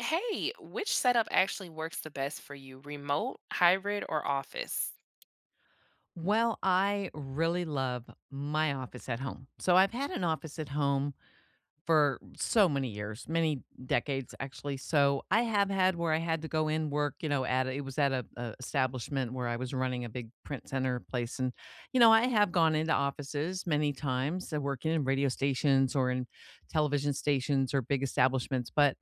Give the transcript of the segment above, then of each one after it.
Hey, which setup actually works the best for you, remote, hybrid, or office? Well, I really love my office at home. So I've had an office at home for so many years, many decades actually. So I have had where I had to go in work, you know, at a establishment where I was running a big print center place, and you know I have gone into offices many times, working in radio stations or in television stations or big establishments, but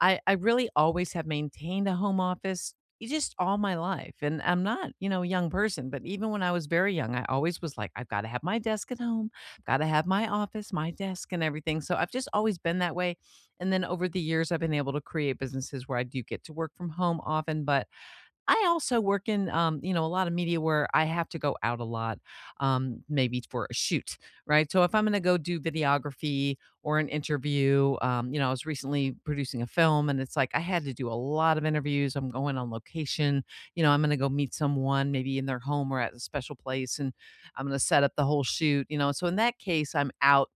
I really always have maintained a home office just all my life. And I'm not, you know, a young person, but even when I was very young I always was like, I've got to have my desk at home. Gotta have my office, my desk, and everything. So I've just always been that way. And then over the years, I've been able to create businesses where I do get to work from home often, but I also work in, you know, a lot of media where I have to go out a lot, maybe for a shoot, right? So if I'm going to go do videography or an interview, you know, I was recently producing a film and it's like I had to do a lot of interviews. I'm going on location, you know, I'm going to go meet someone maybe in their home or at a special place, and I'm going to set up the whole shoot, you know. So in that case, I'm out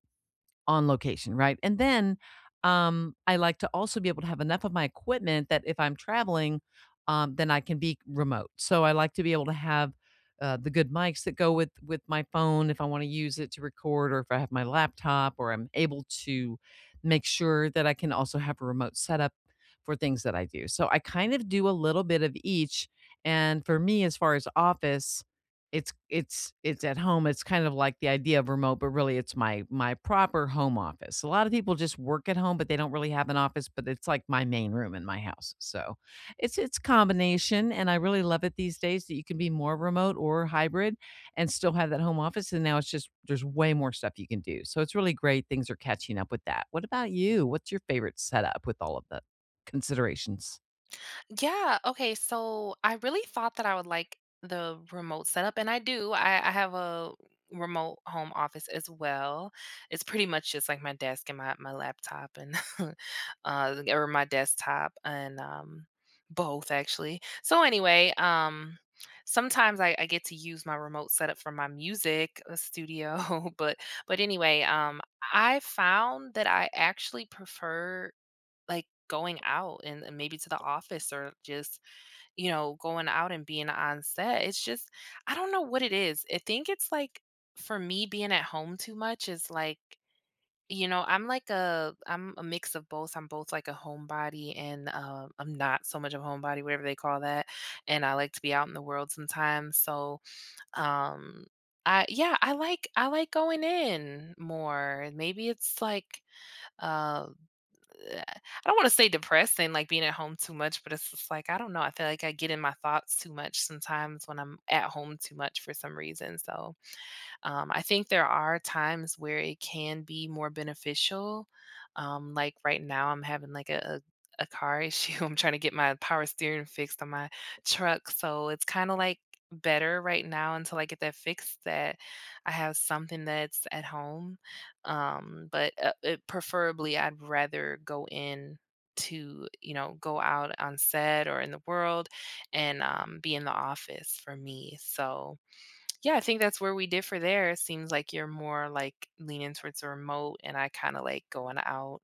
on location, right? And then, I like to also be able to have enough of my equipment that if I'm traveling, then I can be remote. So I like to be able to have, the good mics that go with my phone if I wanna use it to record, or if I have my laptop, or I'm able to make sure that I can also have a remote setup for things that I do. So I kind of do a little bit of each, and for me, as far as office, it's at home. It's kind of like the idea of remote, but really it's my proper home office. A lot of people just work at home, but they don't really have an office, but it's like my main room in my house. So, it's combination, and I really love it these days that you can be more remote or hybrid and still have that home office, and now it's just there's way more stuff you can do. So, it's really great things are catching up with that. What about you? What's your favorite setup with all of the considerations? Yeah. Okay. So I really thought that I would like the remote setup, and I do. I have a remote home office as well. It's pretty much just like my desk and my laptop and or my desktop and both actually. So anyway, sometimes I get to use my remote setup for my music studio, but but anyway, I found that I actually prefer like going out and maybe to the office or just, you know, going out and being on set. It's just I don't know what it is. I think it's like for me being at home too much is like, you know, I'm a mix of both. I'm both like a homebody and I'm not so much of a homebody, whatever they call that. And I like to be out in the world sometimes. So, um I I like going in more. Maybe it's like uh I don't want to say depressing, like being at home too much, but it's just like I don't know. I feel like I get in my thoughts too much sometimes when I'm at home too much for some reason. So I think there are times where it can be more beneficial. Like right now, I'm having like a car issue. I'm trying to get my power steering fixed on my truck. So it's kind of like better right now until I get that fixed that I have something that's at home. But it, preferably, I'd rather go in to you know go out on set or in the world and be in the office for me so yeah, I think that's where we differ there. It seems like you're more like leaning towards the remote, and I kind of like going out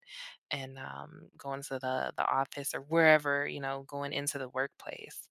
and going to the office or wherever, you know, going into the workplace.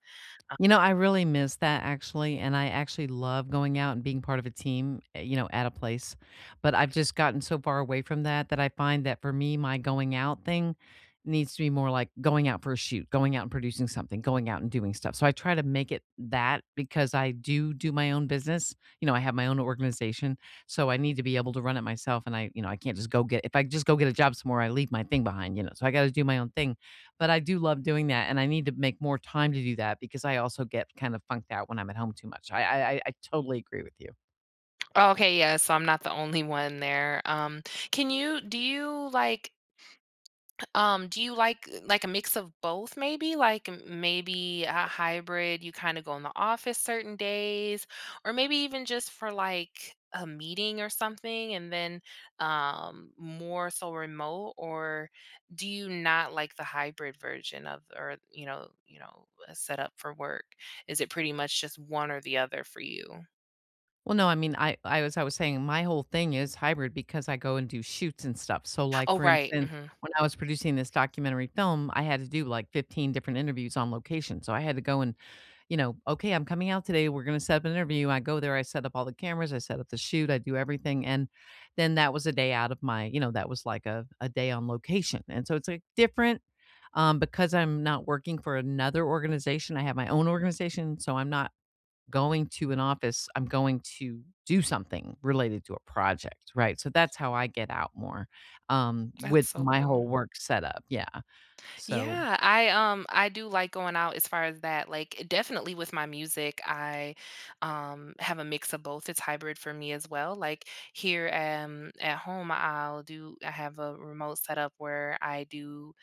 You know, I really miss that actually, and I actually love going out and being part of a team, eh, you know, at a place. But I've just gotten so far away from that that I find that for me, my going out thing needs to be more like going out for a shoot, going out and producing something, going out and doing stuff. So I try to make it that because I do do my own business. You know, I have my own organization, so I need to be able to run it myself. And I, you know, I can't just go get if I just go get a job somewhere, I leave my thing behind. You know, so I got to do my own thing, but I do love doing that, and I need to make more time to do that because I also get kind of funked out when I'm at home too much. I totally agree with you. Oh, okay, yeah, so I'm not the only one there. Can you Do you like do you like a mix of both maybe? Like maybe a hybrid, you kind of go in the office certain days, or maybe even just for like a meeting or something, and then more so remote, or do you not like the hybrid version of or you know, a setup for work? Is it pretty much just one or the other for you? Well, no, I mean, I as I was saying, my whole thing is hybrid because I go and do shoots and stuff. So, like, Oh, for right. instance, Hmm. when I was producing this documentary film, I had to do like 15 different interviews on location. So I had to go and, you know, okay, I'm coming out today. We're going to set up an interview. I go there. I set up all the cameras. I set up the shoot. I do everything. And then that was a day out of my, you know, that was like a day on location. And so it's like different, because I'm not working for another organization. I have my own organization. So I'm not going to an office. I'm going to do something related to a project. Right. So that's how I get out more, That's with so my cool. whole work setup. Yeah. So Yeah, I do like going out as far as that. Like definitely with my music, I have a mix of both. It's hybrid for me as well. Like here at home I'll do I have a remote setup where I do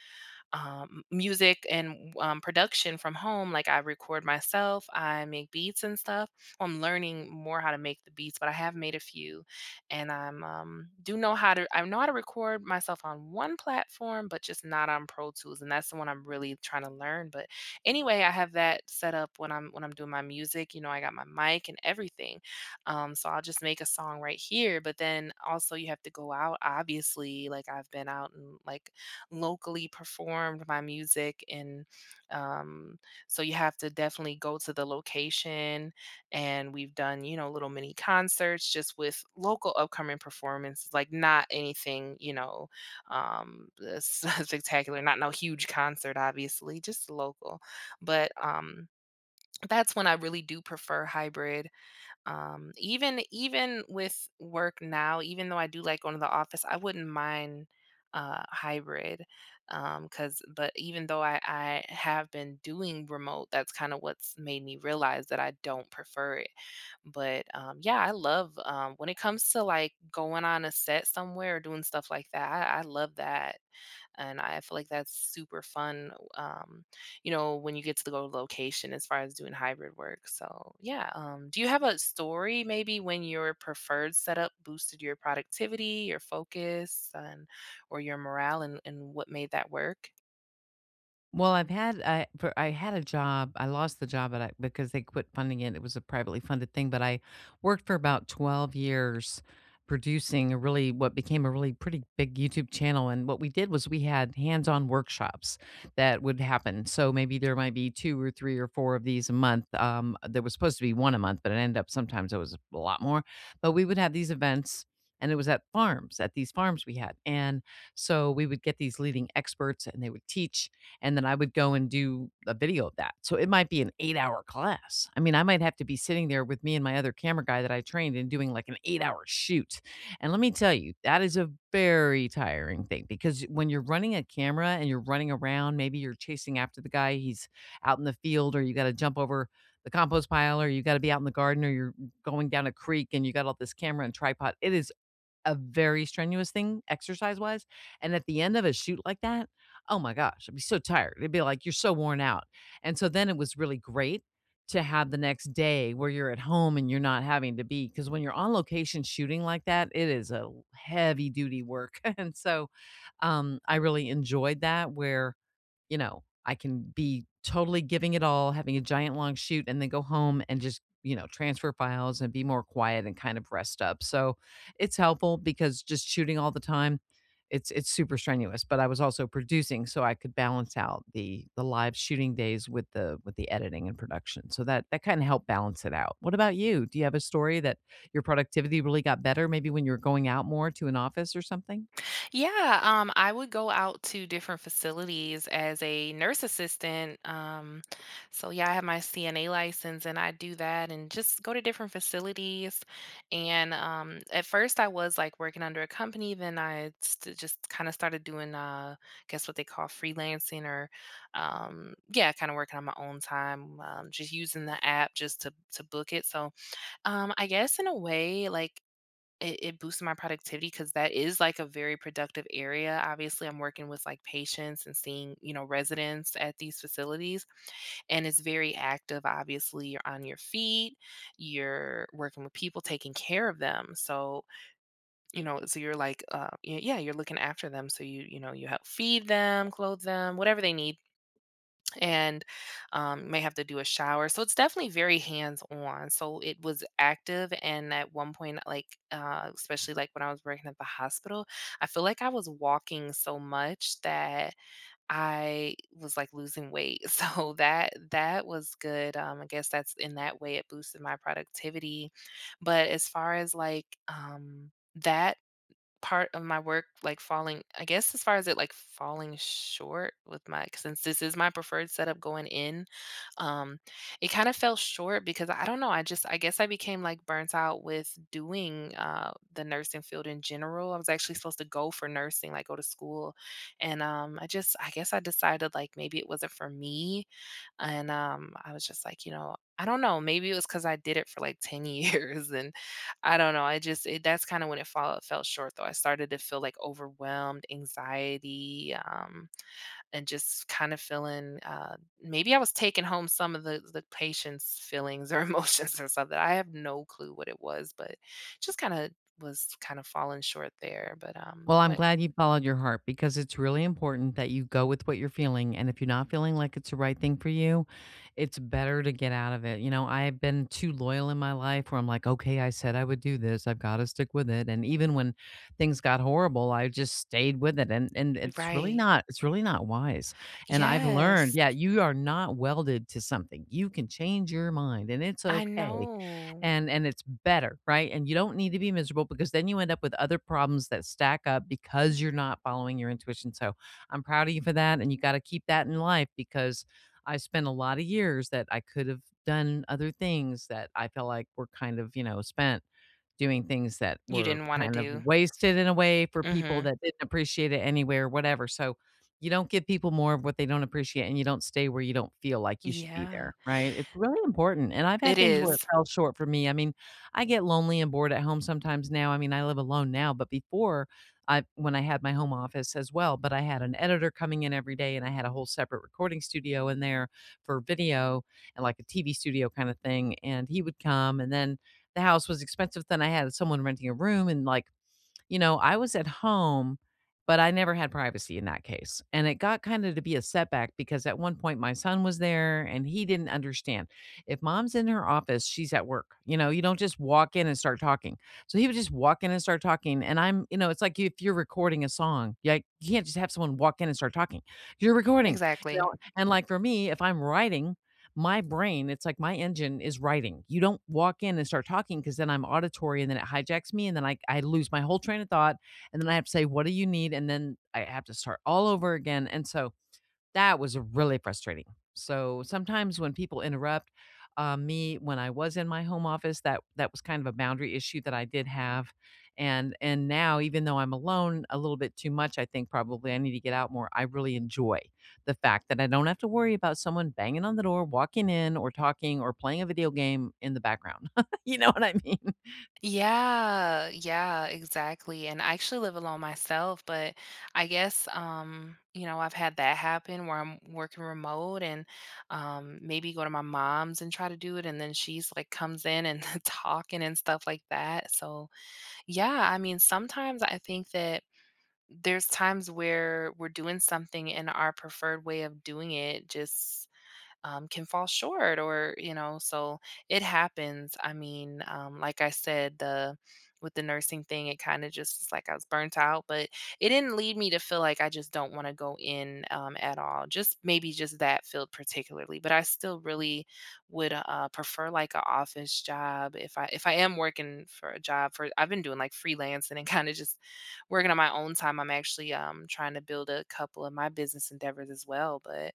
music and production from home. Like I record myself, I make beats and stuff. I'm learning more how to make the beats, but I have made a few, and I'm do know how to. I know how to record myself on one platform, but just not on Pro Tools, and that's the one I'm really trying to learn. But anyway, I have that set up when I'm doing my music. You know, I got my mic and everything, so I'll just make a song right here. But then also, you have to go out. Obviously, like I've been out and like locally performed my music and um so you have to definitely go to the location and we've done you know little mini concerts just with local upcoming performances like not anything you know um spectacular not no huge concert obviously just local but that's when I really do prefer hybrid even with work now, even though I do like going to the office, I wouldn't mind hybrid 'cause cause but even though I have been doing remote, that's kind of what's made me realize that I don't prefer it but yeah I love when it comes to like going on a set somewhere or doing stuff like that I love that and I feel like that's super fun, you know, when you get to the go to location as far as doing hybrid work. So yeah, do you have a story maybe when your preferred setup boosted your productivity, your focus, and or your morale, and what made that work? I had a job. I lost the job, but I because they quit funding it. It was a privately funded thing, but I worked for about 12 years producing a really what became a really pretty big YouTube channel. And what we did was we had hands-on workshops that would happen. So maybe there might be 2 or 3 or 4 of these a month. There was supposed to be one a month, but it ended up sometimes it was a lot more. But we would have these events, and it was at farms, at these farms we had. And so we would get these leading experts and they would teach, and then I would go and do a video of that. So it might be an 8-hour class. I mean, I might have to be sitting there with me and my other camera guy that I trained and doing like an 8-hour shoot. And let me tell you, that is a very tiring thing, because when you're running a camera and you're running around, maybe you're chasing after the guy, he's out in the field, or you got to jump over the compost pile, or you got to be out in the garden, or you're going down a creek and you got all this camera and tripod. It is a very strenuous thing, exercise wise. And at the end of a shoot like that, oh my gosh, I'd be so tired. It'd be like, you're so worn out. And so then it was really great to have the next day where you're at home and you're not having to be, because when you're on location shooting like that, it is a heavy duty work. And so, I really enjoyed that where, you know, I can be totally giving it all, having a giant long shoot, and then go home and just, you know, transfer files and be more quiet and kind of rest up. So it's helpful because just shooting all the time, it's super strenuous. But I was also producing, so I could balance out the live shooting days with the editing and production. So that that kind of helped balance it out. What about you? Do you have a story that your productivity really got better, maybe when you were going out more to an office or something? Yeah, I would go out to different facilities as a nurse assistant. So yeah, I have my CNA license and I do that and just go to different facilities. And at first I was like working under a company, then just kind of started doing I guess what they call freelancing or yeah, kind of working on my own time, just using the app just to book it. So I guess in a way, like it boosted my productivity, because that is, like, a very productive area. Obviously, I'm working with, like, patients and seeing, you know, residents at these facilities, and it's very active, obviously, you're on your feet, you're working with people, taking care of them, so, you know, so you're like, y yeah, you're looking after them, so you know, you help feed them, clothe them, whatever they need and may have to do a shower. So it's definitely very hands on. So it was active. And at one point, like, especially like when I was working at the hospital, I feel like I was walking so much that I was like losing weight. So that was good. I guess that's in that way it boosted my productivity. But as far as like, that part of my work like falling I guess as far as it like falling short with my since this is my preferred setup going in, um, it kind of fell short because I don't know, I just I guess I became like burnt out with doing the nursing field in general. I was actually supposed to go for nursing, like go to school. And I just I guess I decided like maybe it wasn't for me. And I was just like, you know, I don't know, maybe it was because I did it for like 10 years and I don't know, I just it that's kinda when it fall fell short though. I started to feel, like, overwhelmed, anxiety, and just kind of feeling, maybe I was taking home some of the patient's feelings or emotions or something. I have no clue what it was, but just kinda was kind of falling short there, but, Well, I'm what glad you followed your heart because it's really important that you go with what you're feeling. And if you're not feeling like it's the right thing for you, it's better to get out of it. You know, I've been too loyal in my life where I'm like, okay, I said I would do this. I've got to stick with it. And even when things got horrible, I just stayed with it. And Right. It's really not wise. And I've learned, Yes. yeah, you are not welded to something. You can change your mind and it's I okay, know. and it's better, right? And you don't need to be miserable because then you end up with other problems that stack up because you're not following your intuition. So I'm proud of you for that, and you got to keep that in life because I spent a lot of years that I could have done other things that I felt like were kind of, you know, spent doing things that You were didn't wanna kind of do. wasted in a way for people Mhm. that didn't appreciate it anywhere, whatever. So, you don't give people more of what they don't appreciate, and you don't stay where you don't feel like you should be there, Yeah. right? It's really important, and I've It had things where it is. fell short for me. I mean, I get lonely and bored at home sometimes now. I mean, I live alone now, but before I when I had my home office as well, but I had an editor coming in every day and I had a whole separate recording studio in there for video and like a TV studio kind of thing, and he would come, and then the house was expensive, then I had someone renting a room and like, you know, I was at home, but I never had privacy in that case. And it got kind of to be a setback because at one point my son was there and he didn't understand. If mom's in her office, she's at work. You know, you don't just walk in and start talking. So he would just walk in and start talking. And I'm, you know, it's like if you're recording a song, yeah, you can't just have someone walk in and start talking. You're recording, you Exactly. know. And like for me, if I'm writing, my brain, it's like my engine is writing. You don't walk in and start talking because then I'm auditory and then it hijacks me and then I lose my whole train of thought. And then I have to say, what do you need? And then I have to start all over again. And so that was really frustrating. So sometimes when people interrupt, me when I was in my home office, that that was kind of a boundary issue that I did have, and now even though I'm alone a little bit too much, I think probably I need to get out more. I really enjoy the fact that I don't have to worry about someone banging on the door, walking in, or talking, or playing a video game in the background. You know what I mean? Yeah, yeah, exactly. And I actually live alone myself, but I guess you know, I've had that happen where I'm working remote and maybe go to my mom's and try to do it and then she's like comes in and talking and stuff like that. So, yeah, I mean, sometimes I think that there's times where we're doing something and our preferred way of doing it just can fall short or you know so it happens I mean like I said the with the nursing thing it kind of just was like I was burnt out but it didn't lead me to feel like I just don't want to go in at all just maybe just that field particularly but I still really would prefer like an office job if I am working for a job for I've been doing like freelancing and kind of just working on my own time I'm actually trying to build a couple of my business endeavors as well but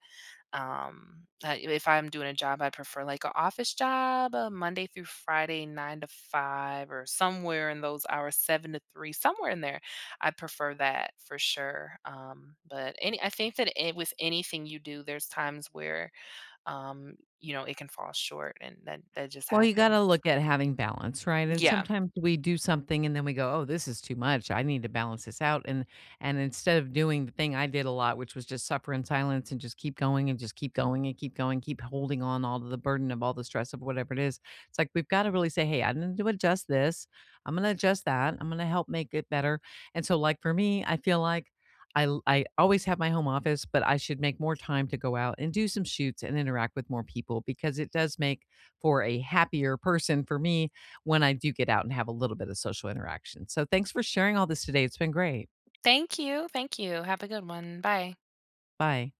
if I'm doing a job, I prefer like an office job, Monday through Friday, 9 to 5, or somewhere in those hours, 7 to 3, somewhere in there. I prefer that for sure. But I think that it, with anything you do, there's times where, you know, it can fall short and that just Well, you happens. gotta look at having balance, right? And Yeah. sometimes we do something and then we go, "Oh, this is too much. I need to balance this out." And instead of doing the thing I did a lot, which was just suffer in silence and just keep going and just keep going and keep going, keep holding on all to the burden of all the stress of whatever it is. It's like we've got to really say, "Hey, I need to adjust this. I'm gonna adjust that. I'm gonna help make it better." And so, like for me, I feel like I always have my home office, but I should make more time to go out and do some shoots and interact with more people because it does make for a happier person for me when I do get out and have a little bit of social interaction. So thanks for sharing all this today. It's been great. Thank you. Thank you. Have a good one. Bye. Bye.